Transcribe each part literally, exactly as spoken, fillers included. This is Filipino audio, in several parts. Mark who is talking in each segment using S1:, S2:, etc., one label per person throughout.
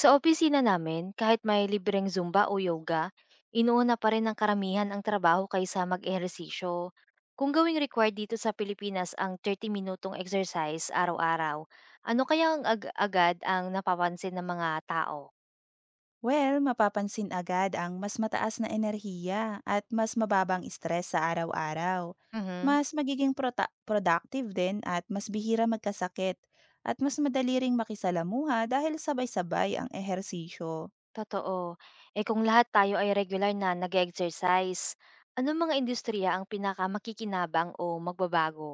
S1: Sa opisina namin, kahit may libreng Zumba o yoga, inuuna pa rin ng karamihan ang trabaho kaysa mag-ehersisyo. Kung gawing required dito sa Pilipinas ang thirty-minutong exercise araw-araw, ano kaya ang ag- agad ang napapansin ng mga tao?
S2: Well, mapapansin agad ang mas mataas na enerhiya at mas mababang stress sa araw-araw.
S1: Mhm,
S2: Mas magiging prota- productive din at mas bihira magkasakit at mas madali ring makisalamuha dahil sabay-sabay ang ehersisyo.
S1: totoo. Eh kung lahat tayo ay regular na nag-exercise, anong mga industriya ang pinakamakikinabang o magbabago?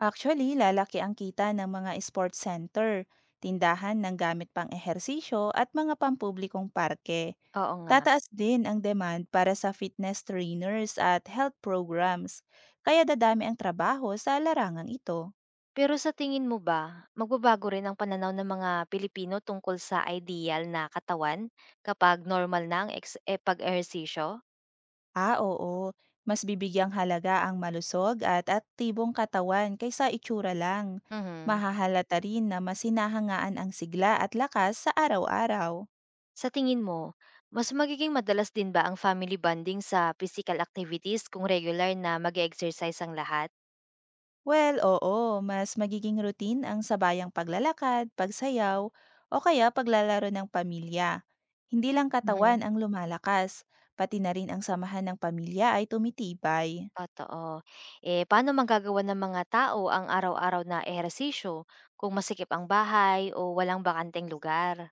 S2: Actually, lalaki ang kita ng mga sports center, tindahan ng gamit pang ehersisyo at mga pampublikong parke.
S1: Oo nga.
S2: Tataas din ang demand para sa fitness trainers at health programs, kaya dadami ang trabaho sa larangang ito.
S1: Pero sa tingin mo ba, magbabago rin ang pananaw ng mga Pilipino tungkol sa ideal na katawan kapag normal na ang ex eh, pag-ehersisyo?
S2: Ah, oo, mas bibigyang halaga ang malusog at aktibong katawan kaysa itsura lang.
S1: Mhm.
S2: Mahahalata rin na masinahangaan ang sigla at lakas sa araw-araw.
S1: Sa tingin mo, mas magiging madalas din ba ang family bonding sa physical activities kung regular na mag exercise ang lahat?
S2: Well, oo, mas magiging routine ang sabayang paglalakad, pagsayaw, o kaya paglalaro ng pamilya. Hindi lang katawan
S1: Mhm.
S2: ang lumalakas, pati na rin ang samahan ng pamilya ay tumitibay.
S1: Totoo. Eh, paano magagawa ng mga tao ang araw-araw na ehersisyo kung masikip ang bahay o walang bakanteng lugar?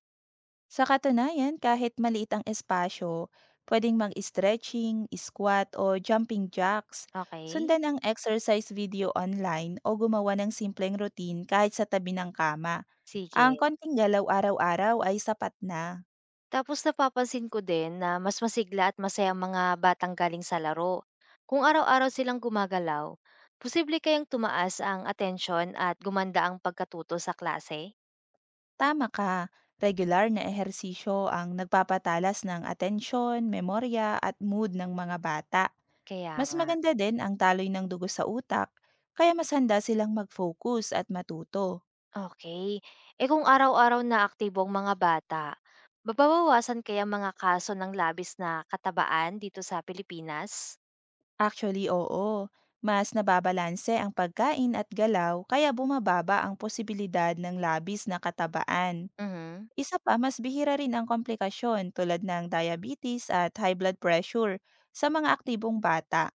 S2: Sa katunayan, kahit maliit ang espasyo, pwedeng mag-stretching, squat o jumping jacks,
S1: Okay.
S2: sundan ang exercise video online o gumawa ng simpleng routine kahit sa tabi ng kama. Ang
S1: Sige.
S2: konting galaw araw-araw ay sapat na.
S1: Tapos napapansin ko din na mas masigla at masaya ang mga batang galing sa laro. Kung araw-araw silang gumagalaw, posible kayang tumaas ang atensyon at gumanda ang pagkatuto sa klase?
S2: Tama ka. Regular na ehersisyo ang nagpapatalas ng atensyon, memorya at mood ng mga bata.
S1: Kaya
S2: Mas
S1: nga.
S2: maganda din ang taloy ng dugo sa utak, kaya mas handa silang mag-focus at matuto.
S1: Okay. Eh kung araw-araw na aktibo ang mga bata, mababawasan kaya ang mga kaso ng labis na katabaan dito sa Pilipinas?
S2: Actually, oo. Mas nababalanse ang pagkain at galaw, kaya bumababa ang posibilidad ng labis na katabaan.
S1: Mhm.
S2: Isa pa, mas bihira rin ang komplikasyon tulad ng diabetes at high blood pressure sa mga aktibong bata.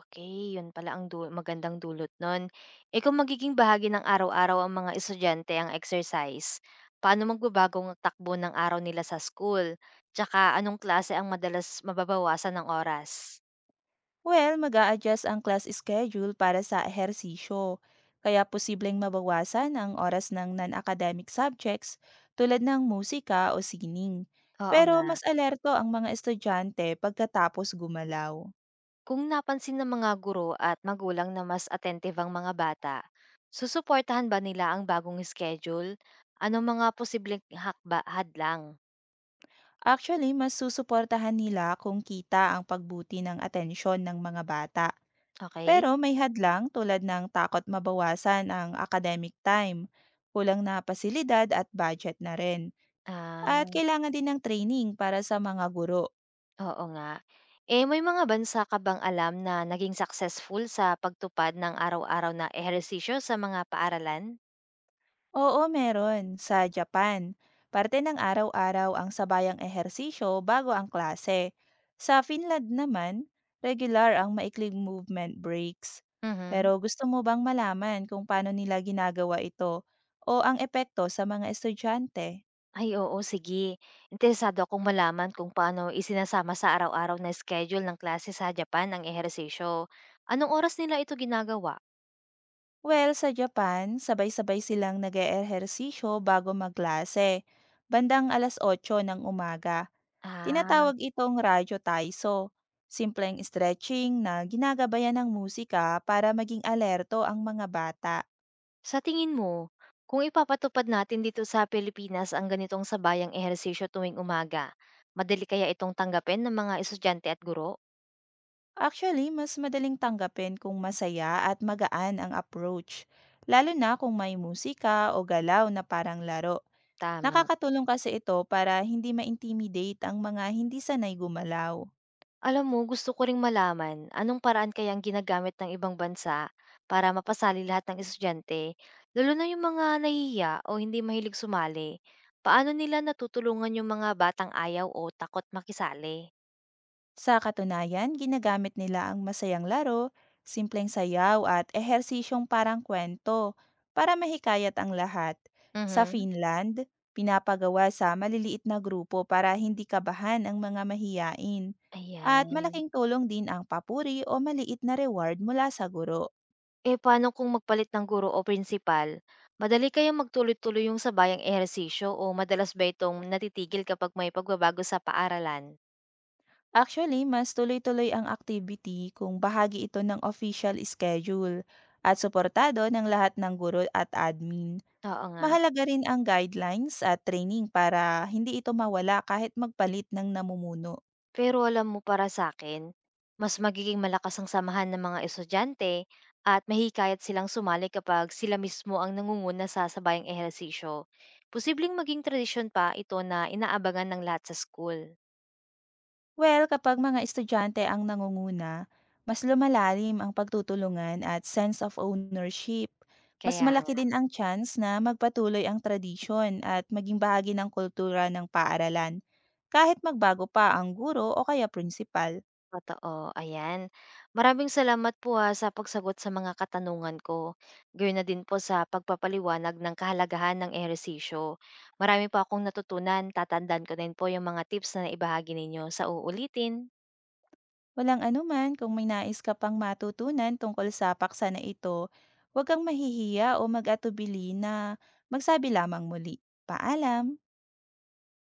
S1: Okay, yun pala ang du magandang dulot nun. Eh, kung magiging bahagi ng araw-araw ang mga estudyante ang exercise, paano magbabago ang takbo ng araw nila sa school? Tsaka anong klase ang madalas mababawasan ng oras?
S2: Well, mag adjust ang class schedule para sa ehersisyo, kaya posibleng mabawasan ang oras ng non-academic subjects tulad ng musika o sining.
S1: Oo
S2: Pero
S1: nga.
S2: mas alerto ang mga estudyante pagkatapos gumalaw.
S1: Kung napansin ng mga guro at magulang na mas attentive ang mga bata, susuportahan ba nila ang bagong schedule? Anong mga posibleng hakba hadlang?
S2: Actually, mas susuportahan nila kung kita ang pagbuti ng atensyon ng mga bata.
S1: Okay.
S2: Pero may hadlang tulad ng takot mabawasan ang academic time, kulang na pasilidad at budget na rin. At kailangan din ng training para sa mga guro.
S1: Oo nga. Eh, may mga bansa ka bang alam na naging successful sa pagtupad ng araw-araw na ehersisyo sa mga paaralan?
S2: Oo, meron. Sa Japan, parte ng araw-araw ang sabayang ehersisyo bago ang klase. Sa Finland naman, regular ang maikling movement breaks. Pero
S1: Mhm.
S2: gusto mo bang malaman kung paano nila ginagawa ito o ang epekto sa mga estudyante?
S1: Ay, oo, sige. Interesado akong malaman kung paano isinasama sa araw-araw na schedule ng klase sa Japan ang ehersisyo. Anong oras nila ito ginagawa?
S2: Well, sa Japan, sabay-sabay silang nag ehersisyo bago magklase, bandang alas otso ng umaga.
S1: Ah.
S2: Tinatawag itong radyo taiso, simpleng stretching na ginagabayan ng musika para maging alerto ang mga bata.
S1: Sa tingin mo, kung ipapatupad natin dito sa Pilipinas ang ganitong sabayang ehersisyo tuwing umaga, madali kaya itong tanggapin ng mga estudyante at guro?
S2: Actually, mas madaling tanggapin kung masaya at magaan ang approach, lalo na kung may musika o galaw na parang laro.
S1: Tama.
S2: Nakakatulong kasi ito para hindi ma-intimidate ang mga hindi sanay gumalaw.
S1: Alam mo, gusto ko ring malaman anong paraan kayang ginagamit ng ibang bansa para mapasali lahat ng estudyante, lalo na yung mga nahihiya o hindi mahilig sumali. Paano nila natutulungan yung mga batang ayaw o takot makisali?
S2: Sa katunayan, ginagamit nila ang masayang laro, simpleng sayaw at ehersisyong parang kwento para mahikayat ang lahat. Sa
S1: Mhm.
S2: Finland, pinapagawa sa maliliit na grupo para hindi kabahan ang mga mahiyain.
S1: Ayan.
S2: At malaking tulong din ang papuri o maliit na reward mula sa guro.
S1: Eh, paano kung magpalit ng guro o principal? Madali kayang magtuloy-tuloy yung sabayang ehersisyo o madalas ba itong natitigil kapag may pagbabago sa paaralan?
S2: Actually, mas tuloy-tuloy ang activity kung bahagi ito ng official schedule at suportado ng lahat ng guro at admin.
S1: Oo nga.
S2: Mahalaga rin ang guidelines at training para hindi ito mawala kahit magpalit ng namumuno.
S1: Pero alam mo, para sa akin mas magiging malakas ang samahan ng mga estudyante at mahihikayat silang sumali kapag sila mismo ang nangunguna sa sabayang ehersisyo. Posibleng maging tradisyon pa ito na inaabangan ng lahat sa school.
S2: Well, kapag mga estudyante ang nangunguna, mas lumalalim ang pagtutulungan at sense of ownership. Mas
S1: Kaya
S2: malaki
S1: nga,
S2: din ang chance na magpatuloy ang tradisyon at maging bahagi ng kultura ng paaralan, kahit magbago pa ang guro o kaya principal.
S1: totoo, ayan. Maraming salamat po, ah, sa pagsagot sa mga katanungan ko, gayon na din po sa pagpapaliwanag ng kahalagahan ng ehersisyo. Marami pa akong natutunan, tatandaan ko din po yung mga tips na naibahagi ninyo. Sa uulitin.
S2: Walang anuman kung may nais ka pang matutunan tungkol sa paksa na ito, huwag kang mahihiya o mag-atubili na magsabi lamang muli. Paalam!